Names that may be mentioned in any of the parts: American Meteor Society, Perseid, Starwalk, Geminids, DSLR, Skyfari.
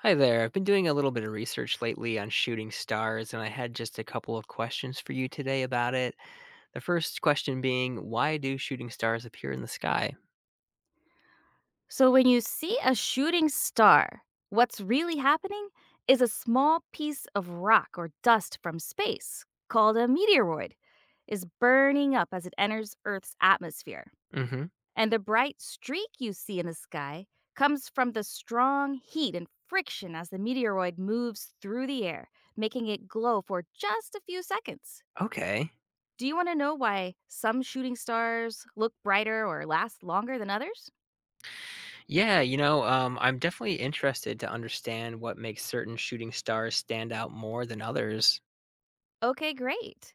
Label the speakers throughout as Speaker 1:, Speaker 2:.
Speaker 1: Hi there. I've been doing a little bit of research lately on shooting stars, and I had just a couple of questions for you today about it. The first question being, why do shooting stars appear in the sky?
Speaker 2: So, when you see a shooting star, what's really happening is a small piece of rock or dust from space, called a meteoroid, is burning up as it enters Earth's atmosphere.
Speaker 1: Hmm.
Speaker 2: And the bright streak you see in the sky comes from the strong heat and friction as the meteoroid moves through the air, making it glow for just a few seconds.
Speaker 1: Okay.
Speaker 2: Do you want to know why some shooting stars look brighter or last longer than others?
Speaker 1: Yeah, I'm definitely interested to understand what makes certain shooting stars stand out more than others.
Speaker 2: Okay, great.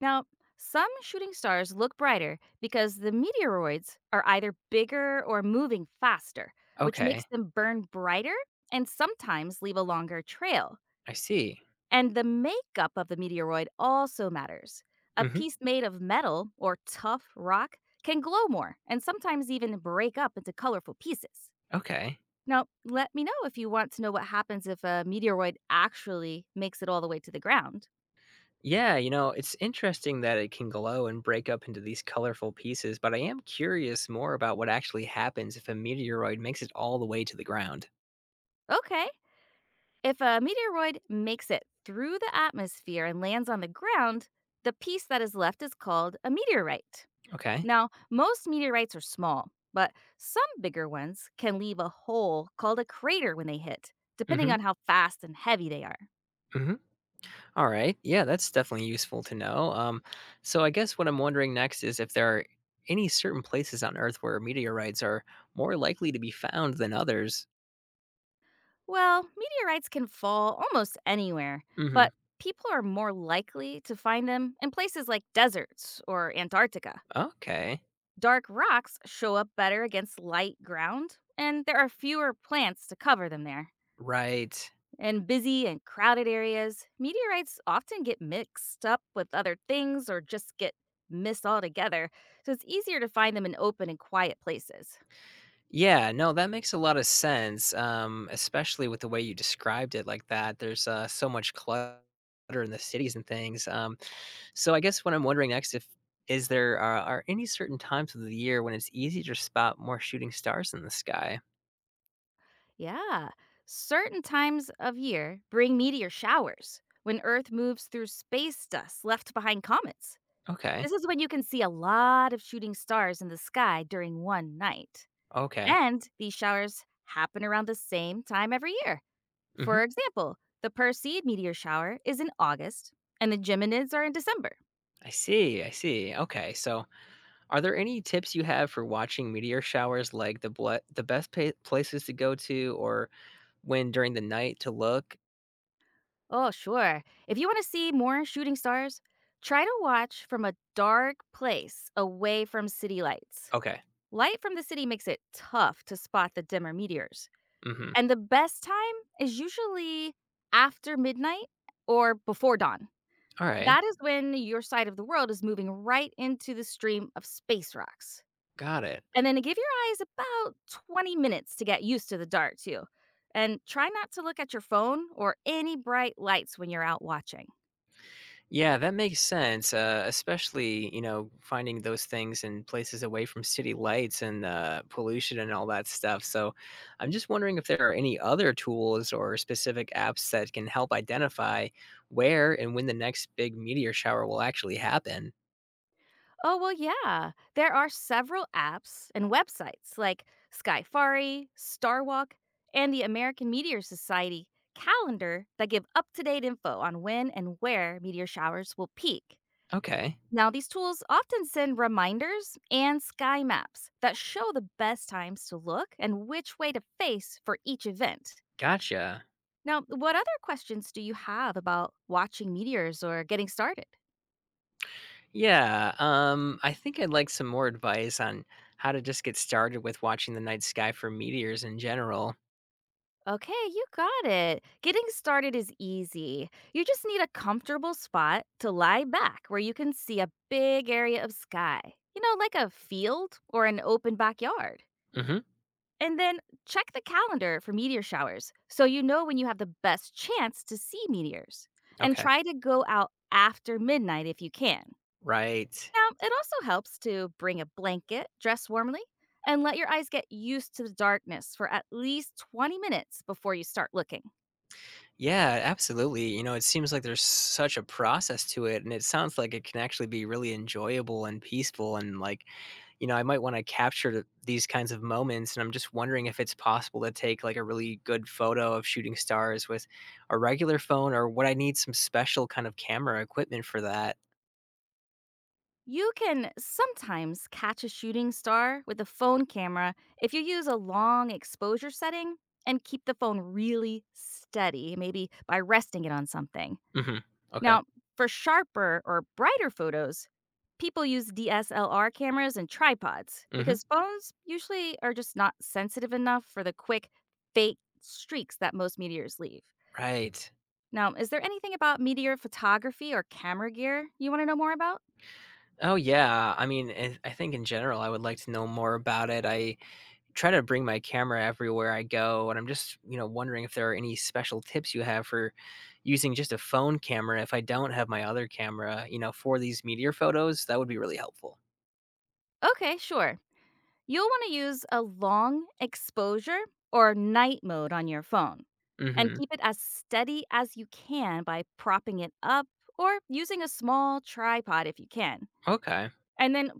Speaker 2: Now, some shooting stars look brighter because the meteoroids are either bigger or moving faster, which
Speaker 1: Okay,
Speaker 2: makes them burn brighter and sometimes leave a longer trail.
Speaker 1: I see.
Speaker 2: And the makeup of the meteoroid also matters. A
Speaker 1: Hmm.
Speaker 2: piece made of metal or tough rock can glow more and sometimes even break up into colorful pieces.
Speaker 1: Okay.
Speaker 2: Now, let me know if you want to know what happens if a meteoroid actually makes it all the way to the ground.
Speaker 1: Yeah, it's interesting that it can glow and break up into these colorful pieces, but I am curious more about what actually happens if a meteoroid makes it all the way to the ground.
Speaker 2: Okay. If a meteoroid makes it through the atmosphere and lands on the ground, the piece that is left is called a meteorite.
Speaker 1: Okay.
Speaker 2: Now, most meteorites are small, but some bigger ones can leave a hole called a crater when they hit, depending
Speaker 1: Mhm.
Speaker 2: on how fast and heavy they are.
Speaker 1: Mhm. All right. Yeah, that's definitely useful to know. So I guess what I'm wondering next is if there are any certain places on Earth where meteorites are more likely to be found than others.
Speaker 2: Well, meteorites can fall almost anywhere,
Speaker 1: Mhm.
Speaker 2: but people are more likely to find them in places like deserts or Antarctica.
Speaker 1: Okay.
Speaker 2: Dark rocks show up better against light ground, and there are fewer plants to cover them there.
Speaker 1: Right.
Speaker 2: In busy and crowded areas, meteorites often get mixed up with other things or just get missed altogether, so it's easier to find them in open and quiet places.
Speaker 1: Yeah, no, that makes a lot of sense, especially with the way you described it like that. There's so much clutter in the cities and things. So I guess what I'm wondering next if is there are any certain times of the year when it's easy to spot more shooting stars in the sky?
Speaker 2: Yeah, certain times of year bring meteor showers when Earth moves through space dust left behind comets.
Speaker 1: Okay,
Speaker 2: This is when you can see a lot of shooting stars in the sky during one night.
Speaker 1: okay.
Speaker 2: And these showers happen around the same time every year.
Speaker 1: Hmm.
Speaker 2: For example, the Perseid meteor shower is in August and the Geminids are in December.
Speaker 1: I see, I see. Okay, so are there any tips you have for watching meteor showers, like the places to go to, or when during the night to look?
Speaker 2: Oh, sure. If you want to see more shooting stars, try to watch from a dark place away from city lights.
Speaker 1: Okay.
Speaker 2: Light from the city makes it tough to spot the dimmer meteors.
Speaker 1: Hmm.
Speaker 2: And the best time is usually after midnight or before dawn.
Speaker 1: All right.
Speaker 2: That is when your side of the world is moving right into the stream of space rocks.
Speaker 1: Got it.
Speaker 2: And then give your eyes about 20 minutes to get used to the dark, too. And try not to look at your phone or any bright lights when you're out watching.
Speaker 1: Yeah, that makes sense, especially, you know, finding those things in places away from city lights and, pollution and all that stuff, so, I'm just wondering if there are any other tools or specific apps that can help identify where and when the next big meteor shower will actually happen.
Speaker 2: Oh, well, yeah. There are several apps and websites like Skyfari, Starwalk, and the American Meteor Society calendar that give up to date info on when and where meteor showers will peak.
Speaker 1: Okay,
Speaker 2: Now, these tools often send reminders and sky maps that show the best times to look and which way to face for each event.
Speaker 1: gotcha.
Speaker 2: Now, what other questions do you have about watching meteors or getting started?
Speaker 1: Yeah, I think I'd like some more advice on how to just get started with watching the night sky for meteors in general.
Speaker 2: Okay, you got it. Getting started is easy. You just need a comfortable spot to lie back where you can see a big area of sky, you know, like a field or an open backyard.
Speaker 1: Mhm,
Speaker 2: And then check the calendar for meteor showers so you know when you have the best chance to see meteors. And
Speaker 1: okay,
Speaker 2: try to go out after midnight if you can.
Speaker 1: right.
Speaker 2: Now, it also helps to bring a blanket, dress warmly, and let your eyes get used to the darkness for at least 20 minutes before you start looking.
Speaker 1: Yeah, absolutely. It seems like there's such a process to it, and it sounds like it can actually be really enjoyable and peaceful. And like, I might want to capture these kinds of moments. And I'm just wondering if it's possible to take like a really good photo of shooting stars with a regular phone, or would I need some special kind of camera equipment for that?
Speaker 2: You can sometimes catch a shooting star with a phone camera if you use a long exposure setting and keep the phone really steady, maybe by resting it on something.
Speaker 1: Hmm. Okay.
Speaker 2: Now, for sharper or brighter photos, people use DSLR cameras and tripods
Speaker 1: Hmm.
Speaker 2: because phones usually are just not sensitive enough for the quick, fake streaks that most meteors leave.
Speaker 1: Right.
Speaker 2: Now, is there anything about meteor photography or camera gear you want to know more about?
Speaker 1: Oh yeah. I mean, I think in general, I would like to know more about it. I try to bring my camera everywhere I go, and I'm just, wondering if there are any special tips you have for using just a phone camera if I don't have my other camera, for these meteor photos. That would be really helpful.
Speaker 2: Okay, sure. You'll want to use a long exposure or night mode on your phone and
Speaker 1: Hmm.
Speaker 2: keep it as steady as you can by propping it up or using a small tripod if you can.
Speaker 1: Okay.
Speaker 2: And then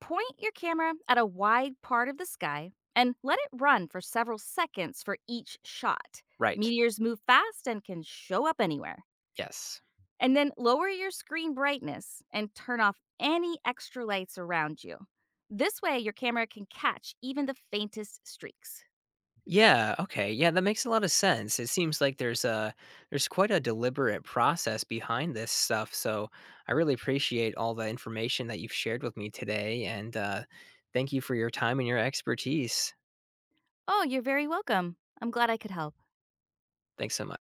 Speaker 2: point your camera at a wide part of the sky and let it run for several seconds for each shot.
Speaker 1: Right.
Speaker 2: Meteors move fast and can show up anywhere.
Speaker 1: Yes.
Speaker 2: And then lower your screen brightness and turn off any extra lights around you. This way, your camera can catch even the faintest streaks.
Speaker 1: Yeah, okay. Yeah, that makes a lot of sense. It seems like there's quite a deliberate process behind this stuff. So I really appreciate all the information that you've shared with me today and thank you for your time and your expertise.
Speaker 2: Oh, you're very welcome. I'm glad I could help.
Speaker 1: Thanks so much.